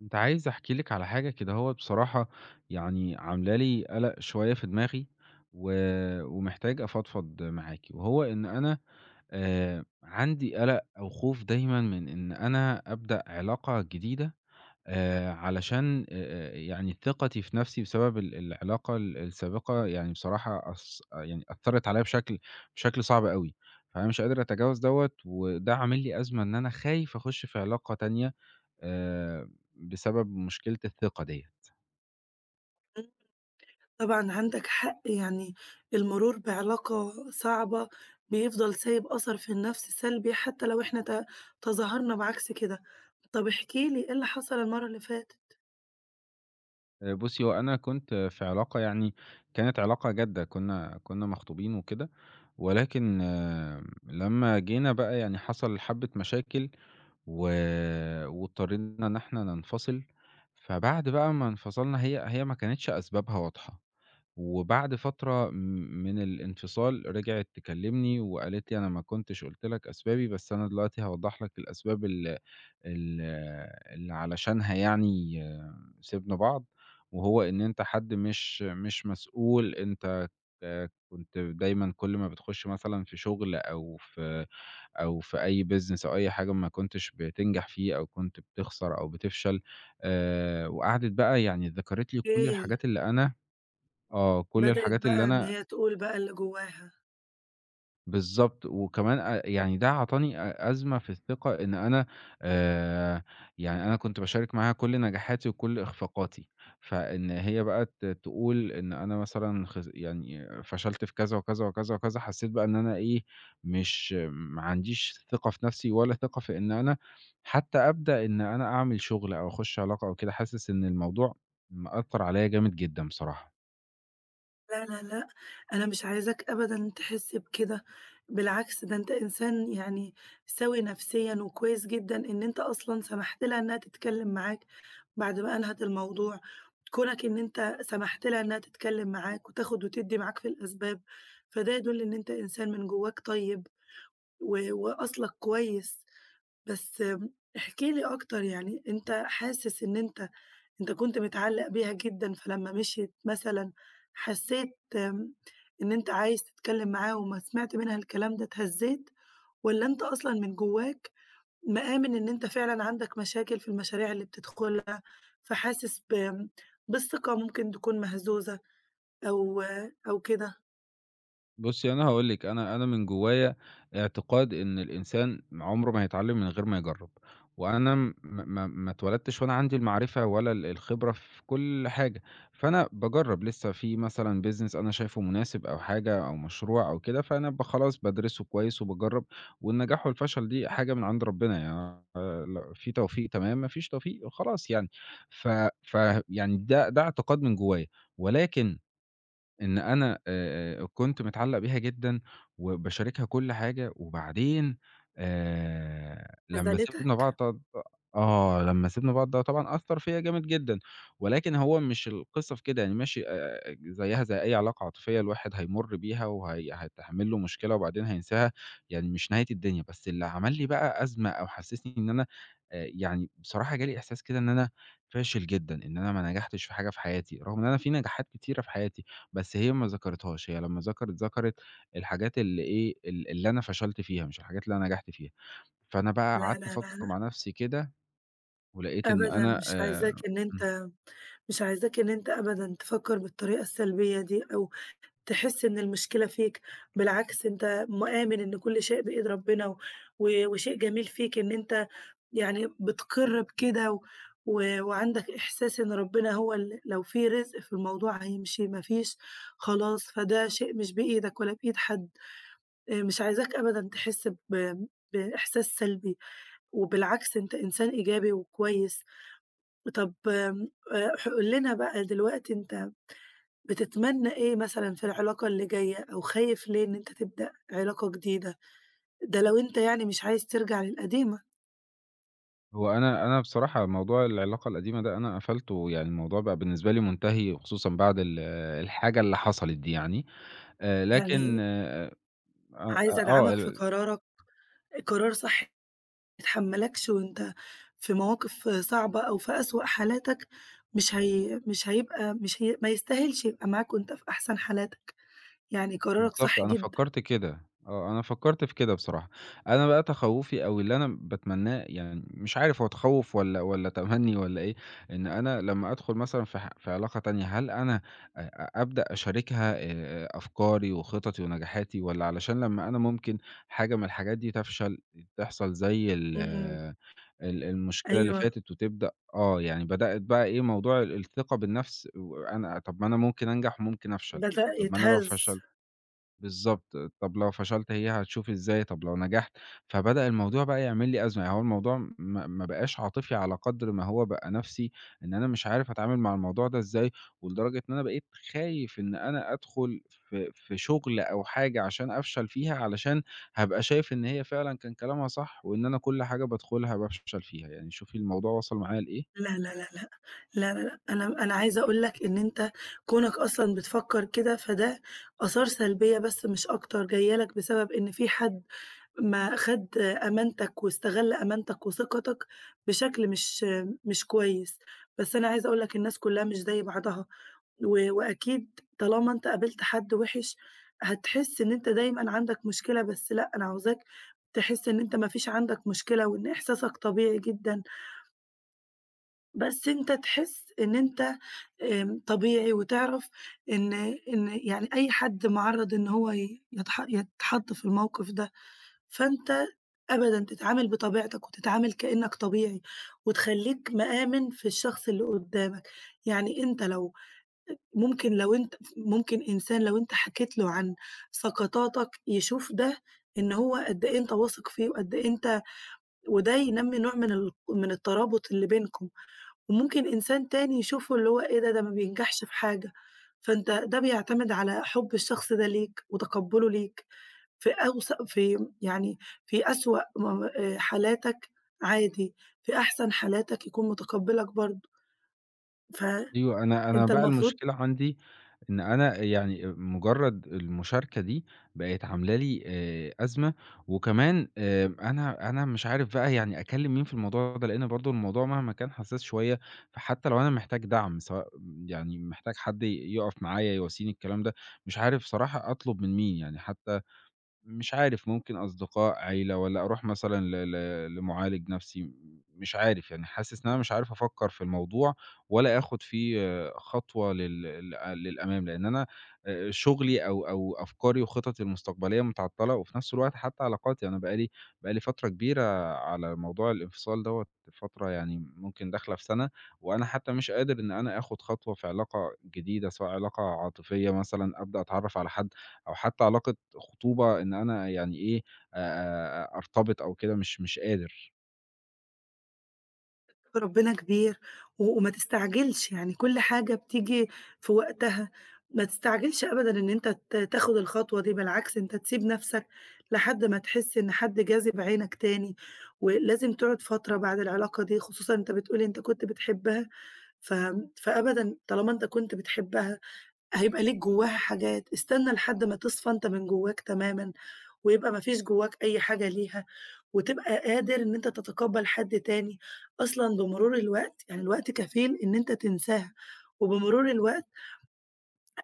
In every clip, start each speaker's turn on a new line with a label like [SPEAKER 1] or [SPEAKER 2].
[SPEAKER 1] كنت عايز احكي لِك على حاجة كدهوّة بصراحة، يعني عاملة لي قَلَق شوية في دماغي، و ومحتاج أفضفض معاكِ، وهو إن أنا عندي قَلَق أو خوف دايمًا من إن أنا أبدأ علاقة جديدة، علشان يعني ثقتي في نَفْسي بسبب العلاقة السابقة يعني بصراحة أث يعني أثّرت عليّا بشكل صعب أوي، فأنا مش قادر أتجاوز دوّة وده عامل لي أزمة إن أنا خايف أخُش في علاقة تانية آآ بسبب مشكلة الثقة ديّة.
[SPEAKER 2] إمم، طبعًا عندك حق، يعني المرور بعلاقة صعبة بيفضل سايب أثر في النفس سلبي حتى لو إحنا تظاهرنا بعكس كده. طب احكِ لي إيه اللي حصل المرّة اللي فاتت؟
[SPEAKER 1] بُصّي، هو أنا كنت في علاقة يعني كانت علاقة جادة، كنا مخطوبين وكده، ولكن آه، لمّا جينا بقى يعني حصل حبّة مشاكل و واضطرينا إن إحنا ننفصل، فبعد بقى ما انفصلنا هي ما كانتش أسبابها واضحة، وبعد فترة من الانفصال رجعت تكلّمني وقالت لي: "أنا ما كنتش قُلت لك أسبابي، بس أنا دلوقتي هاوضّح لك الأسباب ال" ال اللي علشانها يعني سِبنا بعض، وهو إن أنت حد مش مسؤول، أنت كنت دايمًا كل ما بتخش مثلًا في شغل أو في أو في أي business أو أي حاجة ما كنتش بتنجح فيه أو كنت بتخسر أو بتفشل، وقعدت بقى يعني ذكرِت لي كل
[SPEAKER 2] أوكي،
[SPEAKER 1] الحاجات اللي أنا آه، كل
[SPEAKER 2] بدأت
[SPEAKER 1] الحاجات اللي
[SPEAKER 2] بقى إن
[SPEAKER 1] أنا
[SPEAKER 2] هي تقول بقى اللي جواها.
[SPEAKER 1] بالضبط، وكمان يعني ده عطاني أزمة في الثقة إن أنا آآ، يعني أنا كنت باشارك معاها كل نجاحاتي وكل إخفاقاتي، فإن هي بقى تقول إن أنا مثلًا خس يعني فشلت في كذا وكذا وكذا وكذا، حسيت بقى إن أنا إيه، مش ما عنديش ثقة في نفسي ولا ثقة في إن أنا حتى أبدأ إن أنا أعمل شغل أو أخش علاقة أو كده، حاسس إن الموضوع مأثّر عليّا جامد جدًا بصراحة.
[SPEAKER 2] لا، لا، لأ، أنا مش عايزاك أبدًا تحس بكده، بالعكس ده أنت إنسان يعني سوي نفسيًا وكويس جدًا إن أنت أصلًا سمحت لها إنها تتكلم معاك بعد ما أنهت الموضوع. كونك إن أنت سمحت لها إنها تتكلم معاك وتاخد وتدّي معاك في الأسباب، فده يدل إن أنت إنسان من جواك طيب و وأصلك كويس. بس احكِ لي أكتر يعني أنت حاسس إن أنت كنت متعلق بيها جدًا، فلما مشيت مثلًا حسيت إن أنت عايز تتكلم معاها وأمّا سمعت منها الكلام ده اتهزيت، والّا أنت أصلًا من جواك مآمن إن أنت فعلًا عندك مشاكل في المشاريع اللي بتدخلها، فحاسس بالثقة ممكن تكون مهزوزة؟ أو أو كده
[SPEAKER 1] بُصّي، أنا هاقول لِك، أنا من جوّايا اعتقاد إن الإنسان عمره ما هيتعلّم من غير ما يجرّب، وأنا م ما ما اتولدتش وأنا عندي المعرفة ولا الخبرة في كل حاجة، فأنا باجرّب لسه في مثلًا business أنا شايفه مناسب أو حاجة أو مشروع أو كده، فأنا خلاص بادرسه كويس وباجرّب، والنجاح والفشل دي حاجة من عند ربنا، يعني في توفيق تمام، ما فيش توفيق خلاص يعني، ف ف يعني ده اعتقاد من جوّايا، ولكن إن أنا كنت متعلّق بيها جدًا، وباشاركها كل حاجة، وبعدين لمّا
[SPEAKER 2] خذلتك،
[SPEAKER 1] سِبنا بعض ط آه، لمّا سِبنا بعض ده طبعًا أثّر فيّا جامد جدًا، ولكن هو مش القصّة في كده، يعني ماشي زيّها زي أي علاقة عاطفية الواحد هيمُر بيها وهي هتحمل له مشكلة وبعدين هينساها، يعني مش نهاية الدنيا، بس اللي عمل لي بقى أزمة أو حسّسني إن أنا يعني بصراحة جالي إحساس كده إن أنا فاشل جدًا، إن أنا ما نجحتش في حاجة في حياتي، رغم إن أنا في نجاحات كتيرة في حياتي، بس هي ما ذكرتهاش، هي لمّا ذكرت الحاجات اللي إيه، اللي أنا فشلت فيها مش الحاجات اللي أنا نجحت فيها. فأنا بقى
[SPEAKER 2] لا،
[SPEAKER 1] قعدت
[SPEAKER 2] لا، لا،
[SPEAKER 1] أفكّر
[SPEAKER 2] لأ،
[SPEAKER 1] مع نفسي كده ولقيت إن
[SPEAKER 2] أبدًا
[SPEAKER 1] أنا إمم.
[SPEAKER 2] مش عايزاك إن أنت أبدًا تفكّر بالطريقة السلبية دي أو تحس إن المشكلة فيك، بالعكس أنت مآمن إن كل شيء بإيد ربنا و و- وشيء جميل فيك إن أنت يعني بتقِر بكده و و وعندك إحساس إن ربنا هو لو في رزق في الموضوع هيمشي، ما فيش خلاص، فده شيء مش بإيدك ولا بإيد حد، مش عايزاك أبدًا تحس بإحساس سلبي. وبالعكس أنت إنسان إيجابي وكويس. طب آمم ح قُل لنا بقى دلوقتي أنت بتتمنى إيه مثلًا في العلاقة اللي جاية، أو خايف ليه إن أنت تبدأ علاقة جديدة؟ ده لو أنت يعني مش عايز ترجع للقديمة،
[SPEAKER 1] هو أنا بصراحة موضوع العلاقة القديمة ده أنا قفلته، يعني الموضوع بقى بالنسبة لي منتهي خصوصًا بعد الحاجة اللي حصلت دي يعني.
[SPEAKER 2] يعني
[SPEAKER 1] لكن أ
[SPEAKER 2] عايزة
[SPEAKER 1] آه.
[SPEAKER 2] أدعمك في قرارك، قرار صح ما يتحمّلكش وأنت في مواقف صعبة أو في أسوأ حالاتك، مش هي ما يستاهلش يبقى معاك وأنت في أحسن حالاتك، يعني قرارك
[SPEAKER 1] بالضبط،
[SPEAKER 2] صح
[SPEAKER 1] أنا
[SPEAKER 2] جدًا.
[SPEAKER 1] فكّرت كده، آه، أنا فكّرت في كده بصراحة. أنا بقى تخوّفي أو اللي أنا باتمناه، يعني مش عارف هو تخوّف والّا تمنّي والّا إيه، إن أنا لمّا أدخل مثلًا في علاقة تانية، هل أنا أ- أبدأ أشاركها أفكاري وخططي ونجاحاتي، والّا علشان لمّا أنا ممكن حاجة من الحاجات دي تفشل، تحصل زي
[SPEAKER 2] إمم،
[SPEAKER 1] ال ال المشكلة اللي
[SPEAKER 2] أيوه،
[SPEAKER 1] فاتت وتبدأ آه، يعني بدأت بقى إيه، موضوع الثقة بالنفس وأنا طَب ما أنا ممكن أنجح وممكن أفشل،
[SPEAKER 2] بدأ
[SPEAKER 1] طَب ما أنا لو فش
[SPEAKER 2] يتهز.
[SPEAKER 1] بالضبط. طب لو فشلت هي هتشوف إزاي، طب لو نجحت فبدأ الموضوع بقى يعمل لي أزمة، يعني هو الموضوع ما بقاش عاطفي على قدر ما هو بقى نَفْسي، إن أنا مش عارف أتعامل مع الموضوع ده إزاي، ولدرجة إن أنا بقيت خايف إن أنا أدخُل في شُغل أو حاجة عشان أفشل فيها، علشان هابقى شايف إن هي فعلًا كان كلامها صح، وإن أنا كل حاجة بادخُلها بافشل فيها، يعني شوفي الموضوع وصل معايا لإيه.
[SPEAKER 2] لا، لا، لا، لأ، لا، لا، لأ، أنا عايزة أقول لك إن أنت كونك أصلًا بتفكّر كده، فده آثار سلبية بس مش أكتر جاية لك بسبب إن في حد ما خَد أمانتك واستغل أمانتك وثقتك بشكل مش كويس، بس أنا عايزة أقول لك الناس كلّها مش زي بعضها، و وأكيد طالما أنت قابلت حد وِحِش هتحس إن أنت دايمًا عندك مشكلة، بس لأ، أنا عاوزاك تحس إن أنت ما فيش عندك مشكلة وإن إحساسك طبيعي جدًا بس أنت تحس إن أنت طبيعي وتعرف إن يعني أي حد مُعرّض إن هو ي يتح يتحط في الموقف ده، فأنت أبدًا تتعامل بطبيعتك وتتعامل كإنّك طبيعي، وتخلّيك مآمن في الشخص اللي قدّامك، يعني أنت لو ممكن لو أنت ممكن إنسان لو أنت حكيت له عن سقطاتك يشوف ده إن هو قد إيه أنت واثق فيه وقد إيه أنت وده ينمّي نوع من من الترابط اللي بينكم. وممكن إنسان تاني يشوفه اللي هو إيه ده، ده ما بينجحش في حاجة، فأنت ده بيعتمد على حُب الشخص ده ليك وتقبُّله ليك في أوس في يعني في أسوأ م حالاتك عادي، في أحسن حالاتك يكون متقبّلك برضه، فأنت
[SPEAKER 1] أيوه، أنا بقى
[SPEAKER 2] المفروض
[SPEAKER 1] المشكلة عندي إن أنا يعني مجرّد المشاركة دي بقت عاملة لي أزمة، وكمان أنا مش عارف بقى يعني أكلّم مين في الموضوع ده، لإن برضه الموضوع مهما كان حساس شوية، فحتى لو أنا محتاج دعم سواء يعني محتاج حد يقف معايا يواسيني الكلام ده، مش عارف صراحة أطلب من مين، يعني حتى مش عارف ممكن أصدقاء، عيلة، والّا أروح مثلًا ل ل لمعالج نفسي، مش عارف يعني حاسس إن أنا مش عارف أفكّر في الموضوع، ولا آخد فيه خطوة لل ل للأمام، لإن أنا شغلي أو أفكاري وخططي المستقبلية متعطّلة، وفي نفس الوقت حتى علاقاتي، يعني أنا بقى لي فترة كبيرة على موضوع الانفصال دوّة، فترة يعني ممكن داخلة في سَنة، وأنا حتى مش قادر إن أنا آخد خطوة في علاقة جديدة، سواء علاقة عاطفية مثلًا، أبدأ أتعرّف على حد أو حتى علاقة خطوبة إن أنا يعني إيه، أرتبط أو كده مش قادر.
[SPEAKER 2] ربنا كبير، و وما تستعجلش، يعني كل حاجة بتيجي في وقتها، ما تستعجلش أبدًا إن أنت تاخد الخطوة دي، بالعكس أنت تسيب نَفْسك لحد ما تحس إن حد جاذب عينك تاني، ولازم تقعد فترة بعد العلاقة دي، خصوصًا أنت بتقول أنت كنت بتحبها، ف فأبدًا طالما أنت كنت بتحبها هيبقى ليك جواها حاجات، استنى لحد ما تصفى أنت من جواك تمامًا، ويبقى ما فيش جواك أي حاجة ليها، وتبقى قادر إن أنت تتقبّل حد تاني. أصلًا بمرور الوقت يعني الوقت كفيل إن أنت تنساها، وبمرور الوقت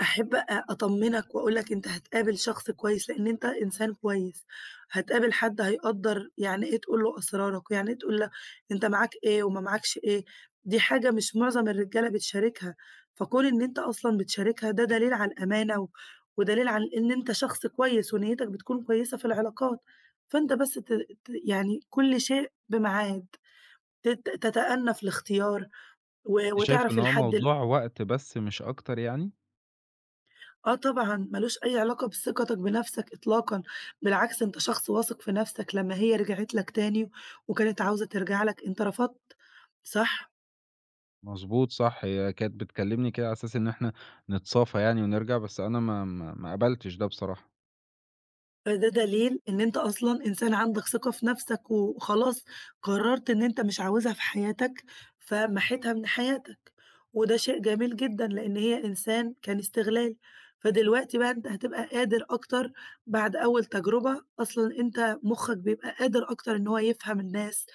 [SPEAKER 2] أحب أطمّنك وأقول لك أنت هتقابل شخص كويس، لإن أنت إنسان كويس، هتقابل حد هيقدّر يعني إيه تقول له أسرارك، ويعني إيه تقول له أنت معاك إيه وما معاكش إيه، دي حاجة مش معظم الرجالة بتشاركها، فكون إن أنت أصلًا بتشاركها ده دليل على الأمانة، و ودليل على إن أنت شخص كويس ونيتك بتكون كويسة في العلاقات، فأنت بس ت ت يعني كل شيء بميعاد، تتأنّى في الاختيار، و
[SPEAKER 1] أنتِ شايفة
[SPEAKER 2] وتعرف
[SPEAKER 1] إن هو
[SPEAKER 2] الحد
[SPEAKER 1] موضوع وقت بس مش أكتر يعني؟
[SPEAKER 2] آه طبعًا، ما لوش أي علاقة بثقتك بنفسك إطلاقًا، بالعكس أنت شخص واثق في نفسك، لمّا هي رجعت لك تاني وكانت عاوزة ترجع لك، أنت رفضت، صح؟
[SPEAKER 1] مضبوط صح، هي كانت بتكلمني كده على أساس إن إحنا نتصافى يعني ونرجع، بس أنا ما قبلتش ده بصراحة.
[SPEAKER 2] فده دليل إن أنت أصلًا إنسان عندك ثقة في نفسك، وخلاص قررت إن أنت مش عاوزها في حياتك، فمحيتها من حياتك، وده شيء جميل جدًا، لإن هي إنسان كان استغلال، فدلوقتي بقى أنت هتبقى قادر أكتر بعد أول تجربة، أصلًا أنت مخّك بيبقى قادر أكتر إن هو يفهم الناس،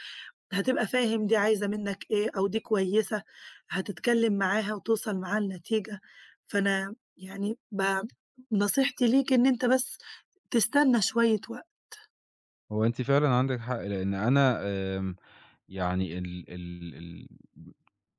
[SPEAKER 2] هتبقى فاهم دي عايزة منّك إيه أو دي كويسة، هتتكلّم معاها وتوصل معاها لنتيجة، فأنا يعني نصيحتي ليك إن أنت بس تستنى شوية وقت.
[SPEAKER 1] هو أنتِ فعلًا عندِك حق، لإن أنا آمم يعني ال ال ال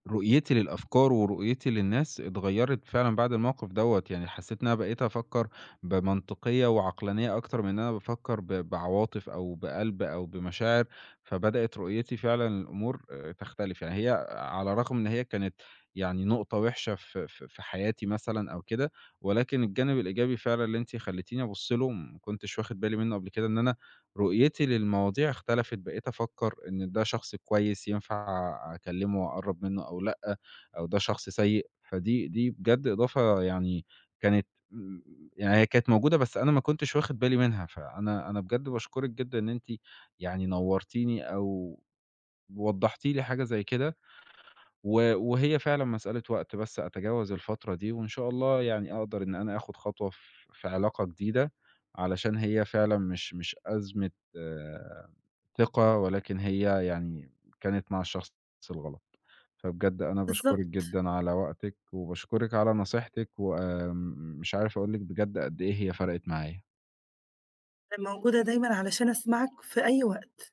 [SPEAKER 1] رؤيتي للأفكار ورؤيتي للناس اتغيّرت فعلًا بعد الموقف دوّة، يعني حسّيت إن أنا بقيت أفكّر بمنطقية وعقلانية أكتر من إن أنا بافكّر بعواطف أو بقلب أو بمشاعر، فبدأت رؤيتي فعلًا للأمور تختلف، يعني هي على الرغم إن هي كانت يعني نقطة وِحشة في حياتي مثلًا أو كده، ولكن الجانب الإيجابي فعلًا اللي أنتِ خلّيتيني أبُص له ما كنتش واخد بالي منّه قبل كده، إن أنا رؤيتي للمواضيع اختلفت، بقيت أفكّر إن ده شخص كويس ينفع أكلّمه وأقرّب منّه أو لأ، أو ده شخص سيء، فدي بجد إضافة يعني كانت م يعني هي كانت موجودة بس أنا ما كنتش واخد بالي منها، فأنا أنا بجد باشكرِك جدًا إن أنتِ يعني نوّرتيني أو وضّحتِ لي حاجة زي كده، و وهي فعلًا مسألة وقت بس أتجاوز الفترة دي، وإن شاء الله يعني أقدر إن أنا آخُد خطوة في علاقة جديدة، علشان هي فعلًا مش أزمة آه، ثقة، ولكن هي يعني كانت مع الشخص الغلط. فبجد أنا باشكرِك
[SPEAKER 2] بالضبط،
[SPEAKER 1] جدًا على وقتِك، وباشكرِك على نصيحتِك، وآمم مش عارف أقول لِك بجد قد إيه هي فرقِت معايا.
[SPEAKER 2] أنا موجودة دايمًا علشان أسمعك في أي وقت.